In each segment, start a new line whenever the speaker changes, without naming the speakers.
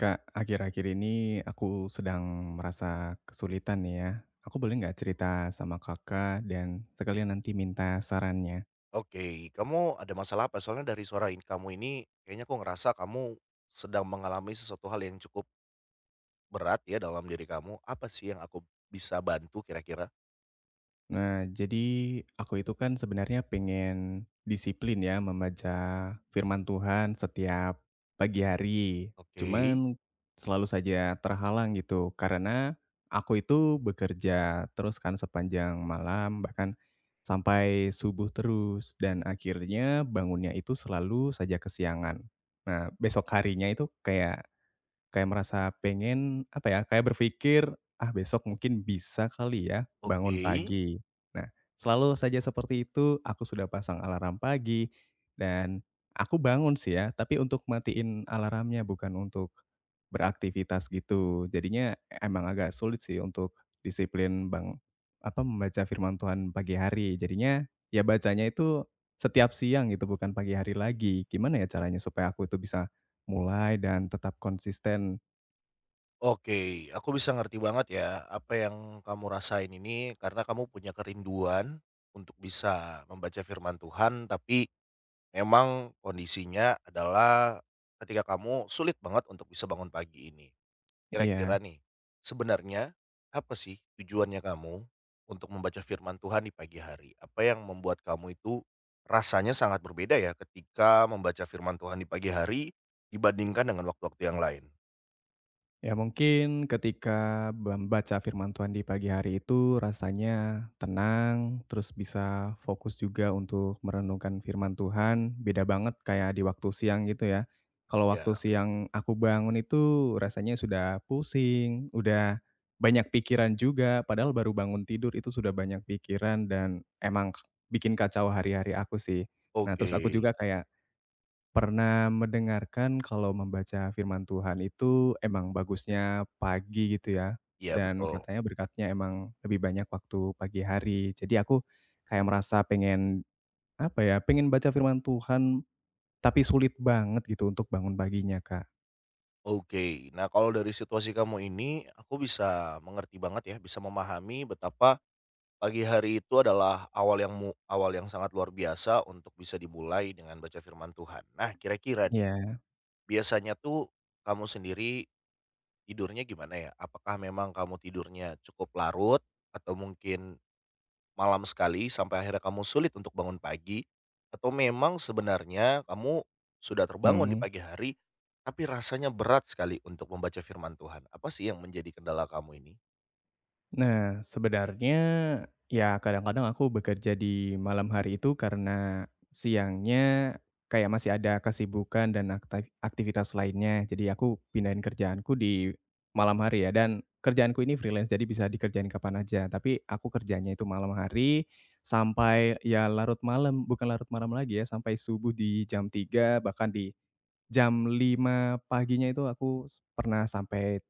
Kak, akhir-akhir ini aku sedang merasa kesulitan nih ya. Aku boleh nggak cerita sama kakak dan sekalian nanti minta sarannya?
Oke, kamu ada masalah apa? Soalnya dari suara in kamu ini kayaknya aku ngerasa kamu sedang mengalami sesuatu hal yang cukup berat ya dalam diri kamu. Apa sih yang aku bisa bantu kira-kira?
Nah, jadi aku itu kan sebenarnya pengen disiplin ya membaca firman Tuhan setiap pagi hari.
Oke,
Cuman selalu saja terhalang gitu karena aku itu bekerja terus kan sepanjang malam bahkan sampai subuh terus dan akhirnya bangunnya itu selalu saja kesiangan. Nah, besok harinya itu kayak Kayak merasa pengen, apa ya, kayak berpikir, "Ah, besok mungkin bisa kali ya
oke,
bangun pagi." Nah, selalu saja seperti itu, aku sudah pasang alarm pagi dan aku bangun sih ya, tapi untuk matiin alarmnya, bukan untuk beraktivitas gitu. Jadinya emang agak sulit sih untuk disiplin apa, membaca firman Tuhan pagi hari. Jadinya ya bacanya itu setiap siang gitu, bukan pagi hari lagi. Gimana ya caranya supaya aku itu bisa mulai dan tetap konsisten?
oke. Aku bisa ngerti banget ya apa yang kamu rasain ini karena kamu punya kerinduan untuk bisa membaca firman Tuhan tapi memang kondisinya adalah ketika kamu sulit banget untuk bisa bangun pagi ini.
Iya,
Kira-kira nih, sebenarnya apa sih tujuannya kamu untuk membaca firman Tuhan di pagi hari? Apa yang membuat kamu itu rasanya sangat berbeda ya ketika membaca firman Tuhan di pagi hari dibandingkan dengan waktu-waktu yang lain?
ya mungkin ketika membaca firman Tuhan di pagi hari itu rasanya tenang, terus bisa fokus juga untuk merenungkan firman Tuhan, beda banget kayak di waktu siang gitu ya. Kalau waktu
Ya,
siang aku bangun itu rasanya sudah pusing, udah banyak pikiran juga, padahal baru bangun tidur itu sudah banyak pikiran dan emang bikin kacau hari-hari aku sih. Nah
oke.
terus aku juga kayak pernah mendengarkan kalau membaca firman Tuhan itu emang bagusnya pagi gitu ya,
Iya
dan
betul.
katanya berkatnya emang lebih banyak waktu pagi hari. Jadi aku kayak merasa pengen, apa ya, pengen baca firman Tuhan, tapi sulit banget gitu untuk bangun paginya, Kak.
Oke. Nah, kalau dari situasi kamu ini aku bisa mengerti banget ya, bisa memahami betapa pagi hari itu adalah awal yang sangat luar biasa untuk bisa dimulai dengan baca firman Tuhan. Nah, kira-kira nih.
Iya,
Biasanya tuh kamu sendiri tidurnya gimana ya? Apakah memang kamu tidurnya cukup larut atau mungkin malam sekali sampai akhirnya kamu sulit untuk bangun pagi? Atau memang sebenarnya kamu sudah terbangun di
mhm.
pagi hari, tapi rasanya berat sekali untuk membaca firman Tuhan? Apa sih yang menjadi kendala kamu ini?
Nah, sebenarnya ya kadang-kadang aku bekerja di malam hari itu karena siangnya kayak masih ada kesibukan dan aktivitas lainnya. Jadi aku pindahin kerjaanku di malam hari ya dan kerjaanku ini freelance jadi bisa dikerjain kapan aja. Tapi aku kerjanya itu malam hari sampai ya larut malam, bukan larut malam lagi ya, sampai subuh di jam 3 bahkan di jam 5 paginya itu aku pernah sampai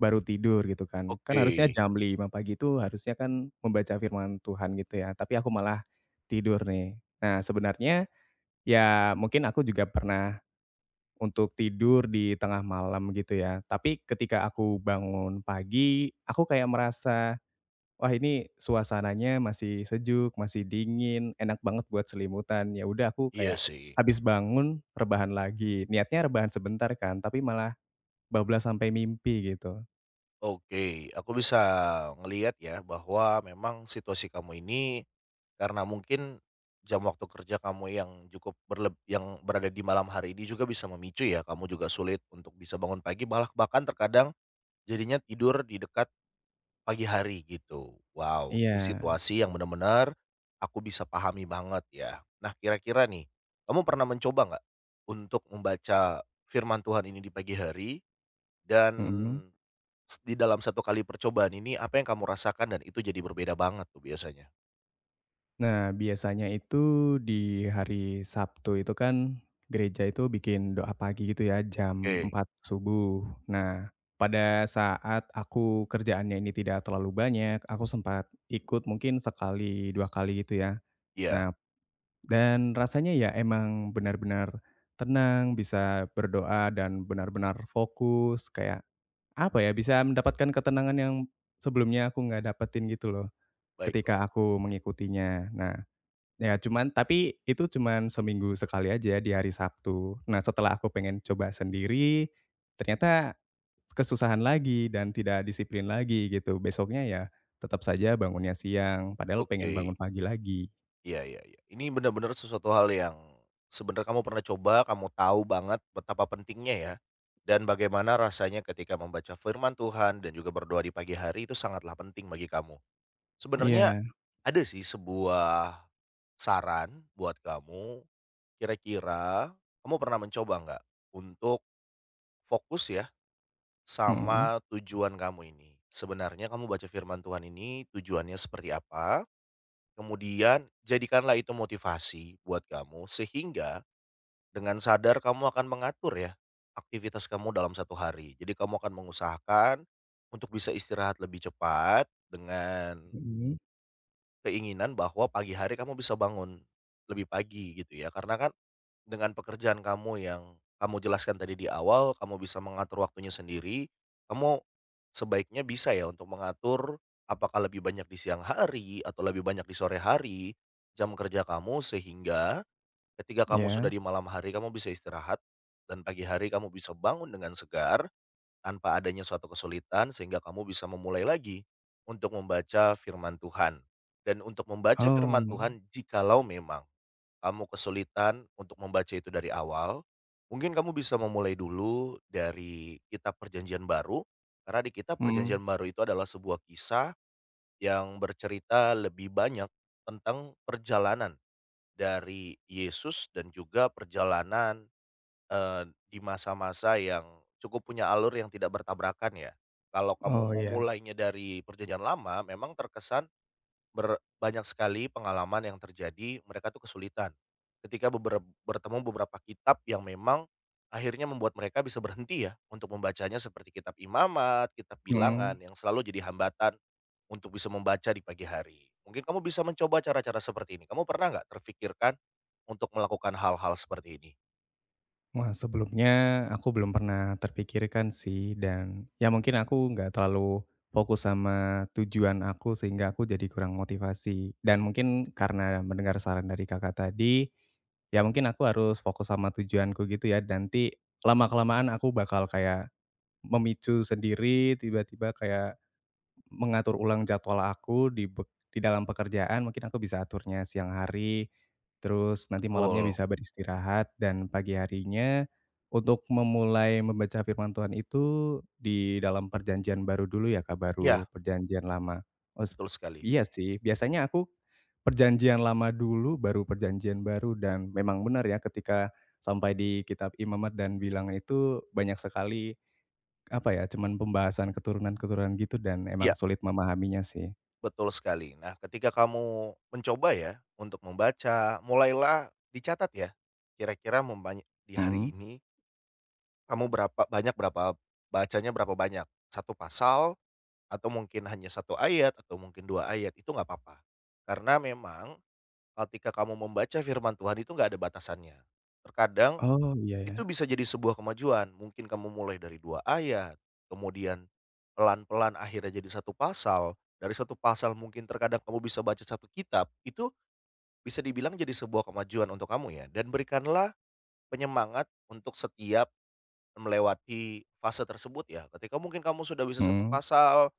baru tidur gitu kan. Kan
Oke,
harusnya jam 5 pagi itu harusnya kan membaca firman Tuhan gitu ya, tapi aku malah tidur nih. Nah sebenarnya ya mungkin aku juga pernah untuk tidur di tengah malam gitu ya, tapi ketika aku bangun pagi, aku kayak merasa, "Wah ini suasananya masih sejuk, masih dingin, enak banget buat selimutan." Ya udah aku
iya
kayak
sih.
habis bangun rebahan lagi. Niatnya rebahan sebentar kan, tapi malah bablas sampai mimpi gitu.
Oke, aku bisa ngelihat ya bahwa memang situasi kamu ini karena mungkin jam waktu kerja kamu yang cukup berleb yang berada di malam hari ini juga bisa memicu ya, kamu juga sulit untuk bisa bangun pagi, malah bahkan terkadang jadinya tidur di dekat pagi hari gitu. Wow, ini
Iya,
situasi yang benar-benar aku bisa pahami banget ya. Nah, kira-kira nih, kamu pernah mencoba nggak untuk membaca firman Tuhan ini di pagi hari dan
mhm
di dalam satu kali percobaan ini apa yang kamu rasakan dan itu jadi berbeda banget tuh biasanya?
Nah, biasanya itu di hari Sabtu itu kan gereja itu bikin doa pagi gitu ya, jam
Oke,
4 subuh. Nah, pada saat aku kerjaannya ini tidak terlalu banyak, aku sempat ikut mungkin sekali, dua kali gitu ya.
iya,
Nah, dan rasanya ya emang benar-benar tenang, bisa berdoa dan benar-benar fokus, kayak apa ya, bisa mendapatkan ketenangan yang sebelumnya aku nggak dapetin gitu loh
baiklah,
ketika aku mengikutinya. Nah, ya cuman tapi itu cuman seminggu sekali aja di hari Sabtu. Nah setelah aku pengen coba sendiri, ternyata kesusahan lagi dan tidak disiplin lagi gitu. Besoknya ya tetap saja bangunnya siang, padahal pengen
oke.
bangun pagi lagi.
Iya, iya, iya. Ini benar-benar sesuatu hal yang sebenarnya kamu pernah coba, kamu tahu banget betapa pentingnya ya, dan bagaimana rasanya ketika membaca firman Tuhan dan juga berdoa di pagi hari itu sangatlah penting bagi kamu. Sebenarnya
Iya,
ada sih sebuah saran buat kamu, kira-kira kamu pernah mencoba nggak untuk fokus ya
mhm
sama tujuan kamu ini. Sebenarnya kamu baca firman Tuhan ini tujuannya seperti apa? Kemudian jadikanlah itu motivasi buat kamu sehingga dengan sadar kamu akan mengatur ya aktivitas kamu dalam satu hari. Jadi kamu akan mengusahakan untuk bisa istirahat lebih cepat dengan
mhm,
keinginan bahwa pagi hari kamu bisa bangun lebih pagi gitu ya. Karena kan dengan pekerjaan kamu yang kamu jelaskan tadi di awal, kamu bisa mengatur waktunya sendiri, kamu sebaiknya bisa ya untuk mengatur apakah lebih banyak di siang hari atau lebih banyak di sore hari jam kerja kamu sehingga ketika kamu sudah
iya.
di malam hari kamu bisa istirahat dan pagi hari kamu bisa bangun dengan segar tanpa adanya suatu kesulitan sehingga kamu bisa memulai lagi untuk membaca firman Tuhan. Dan untuk membaca firman
Oh,
Tuhan jikalau memang kamu kesulitan untuk membaca itu dari awal, mungkin kamu bisa memulai dulu dari Kitab Perjanjian Baru, karena di Kitab Perjanjian
mhm.
Baru itu adalah sebuah kisah yang bercerita lebih banyak tentang perjalanan dari Yesus dan juga perjalanan, eee, di masa-masa yang cukup punya alur yang tidak bertabrakan ya. Kalau kamu
Oh
mau
iya,
mulainya dari Perjanjian Lama memang terkesan banyak sekali pengalaman yang terjadi, mereka tuh kesulitan ketika bertemu beberapa kitab yang memang akhirnya membuat mereka bisa berhenti ya untuk membacanya seperti kitab Imamat, kitab Bilangan
mhm.
yang selalu jadi hambatan untuk bisa membaca di pagi hari. Mungkin kamu bisa mencoba cara-cara seperti ini. Kamu pernah nggak terfikirkan untuk melakukan hal-hal seperti ini?
Wah, sebelumnya aku belum pernah terpikirkan sih dan ya mungkin aku nggak terlalu fokus sama tujuan aku sehingga aku jadi kurang motivasi. Dan mungkin karena mendengar saran dari Kakak tadi, ya mungkin aku harus fokus sama tujuanku gitu ya. Nanti lama-kelamaan aku bakal kayak memicu sendiri tiba-tiba kayak mengatur ulang jadwal aku di dalam pekerjaan mungkin aku bisa aturnya siang hari, terus nanti malamnya
Betul.
bisa beristirahat dan pagi harinya untuk memulai membaca firman Tuhan itu di dalam perjanjian baru dulu ya Kak, baru
Iya,
perjanjian lama. Os
betul sekali.
iya sih, biasanya aku perjanjian lama dulu baru perjanjian baru dan memang benar ya ketika sampai di kitab Imamat dan bilangan itu banyak sekali apa ya, cuman pembahasan keturunan-keturunan gitu dan emang
Iya.
sulit memahaminya sih.
Betul sekali. Nah, ketika kamu mencoba ya untuk membaca, mulailah dicatat ya, kira-kira di hari
Mhm.
ini kamu berapa banyak berapa bacanya berapa banyak, satu pasal atau mungkin hanya satu ayat atau mungkin 2 ayat, itu nggak apa-apa. Karena memang ketika kamu membaca firman Tuhan itu nggak ada batasannya. Terkadang
Oh, iya
itu
ya.
bisa jadi sebuah kemajuan, mungkin kamu mulai dari 2 ayat, kemudian pelan-pelan akhirnya jadi satu pasal, dari satu pasal mungkin terkadang kamu bisa baca satu kitab, itu bisa dibilang jadi sebuah kemajuan untuk kamu ya, dan berikanlah penyemangat untuk setiap melewati fase tersebut ya, ketika mungkin kamu sudah bisa satu
Mhm.
pasal,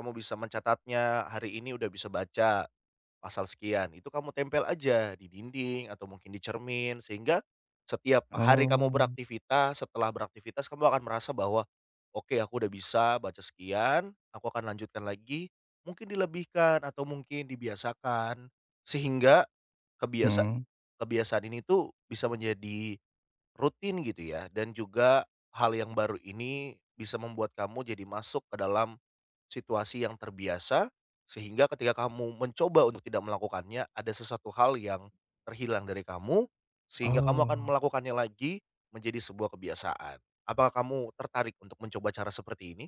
kamu bisa mencatatnya, hari ini udah bisa baca pasal sekian, itu kamu tempel aja di dinding atau mungkin di cermin sehingga setiap hari kamu
Oh.
beraktivitas, setelah beraktivitas kamu akan merasa bahwa, "Oke, aku udah bisa baca sekian, aku akan lanjutkan lagi." Mungkin dilebihkan atau mungkin dibiasakan, sehingga kebiasa
Mhm.
kebiasaan ini tuh bisa menjadi rutin gitu ya dan juga hal yang baru ini bisa membuat kamu jadi masuk ke dalam situasi yang terbiasa, sehingga ketika kamu mencoba untuk tidak melakukannya, ada sesuatu hal yang terhilang dari kamu, sehingga kamu akan
Oh.
melakukannya lagi menjadi sebuah kebiasaan. Apakah kamu tertarik untuk mencoba cara seperti ini?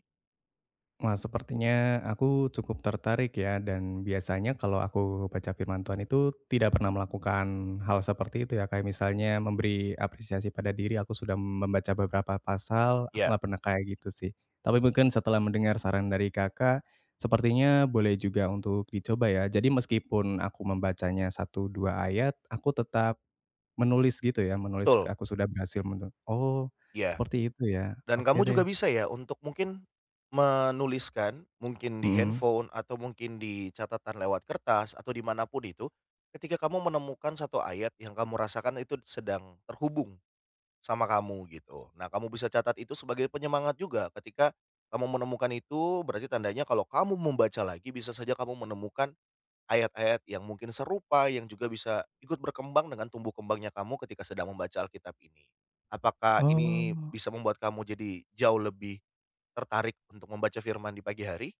Wah, sepertinya aku cukup tertarik ya, dan biasanya kalau aku baca firman Tuhan itu tidak pernah melakukan hal seperti itu ya, kayak misalnya memberi apresiasi pada diri, aku sudah membaca beberapa pasal, aku
Ya.
nggak pernah kayak gitu sih. Tapi mungkin setelah mendengar saran dari Kakak, sepertinya boleh juga untuk dicoba ya. Jadi meskipun aku membacanya satu 2 ayat, aku tetap menulis gitu ya, menulis
Betul?
aku sudah berhasil oh,
Ya.
seperti itu ya,
Dan
oke
kamu
deh,
juga bisa ya untuk mungkin menuliskan, mungkin di
mhm.
handphone atau mungkin di catatan lewat kertas atau dimanapun itu, ketika kamu menemukan satu ayat yang kamu rasakan itu sedang terhubung sama kamu gitu. Nah, kamu bisa catat itu sebagai penyemangat juga ketika kamu menemukan itu berarti tandanya kalau kamu membaca lagi bisa saja kamu menemukan ayat-ayat yang mungkin serupa, yang juga bisa ikut berkembang dengan tumbuh kembangnya kamu ketika sedang membaca Alkitab ini. Apakah ini
Oh.
bisa membuat kamu jadi jauh lebih tertarik untuk membaca firman di pagi hari?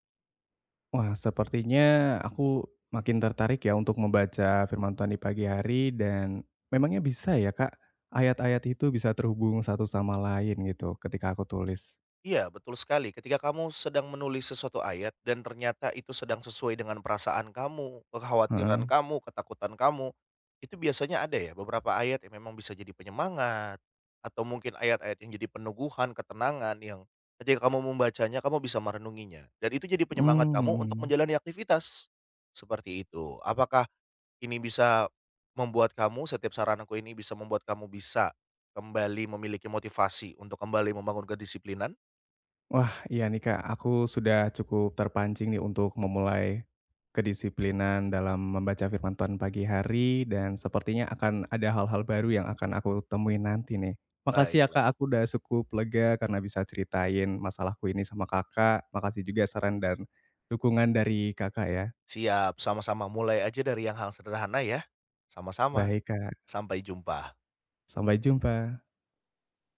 Wah, sepertinya aku makin tertarik ya untuk membaca firman Tuhan di pagi hari dan memangnya bisa ya, Kak, ayat-ayat itu bisa terhubung satu sama lain gitu ketika aku tulis?
Iya, betul sekali. Ketika kamu sedang menulis sesuatu ayat dan ternyata itu sedang sesuai dengan perasaan kamu,
Heeh,
kekhawatiran kamu, ketakutan kamu, itu biasanya ada ya beberapa ayat yang memang bisa jadi penyemangat atau mungkin ayat-ayat yang jadi peneguhan, ketenangan yang ketika kamu membacanya kamu bisa merenunginya dan itu jadi penyemangat
mmm,
kamu untuk
mhm.
menjalani aktivitas. Seperti itu. Apakah ini bisa membuat kamu setiap saran aku ini bisa membuat kamu bisa kembali memiliki motivasi untuk kembali membangun kedisiplinan?
Wah, iya nih Kak, aku sudah cukup terpancing nih untuk memulai kedisiplinan dalam membaca firman Tuhan pagi hari dan sepertinya akan ada hal-hal baru yang akan aku temuin nanti nih. Makasih ya Kak,
Baiklah,
aku udah cukup lega karena bisa ceritain masalahku ini sama Kakak. Makasih juga saran dan dukungan dari Kakak ya.
siap, sama-sama. Mulai aja dari yang hal sederhana ya. Sama-sama,
Baik Kak,
sampai jumpa.
sampai jumpa.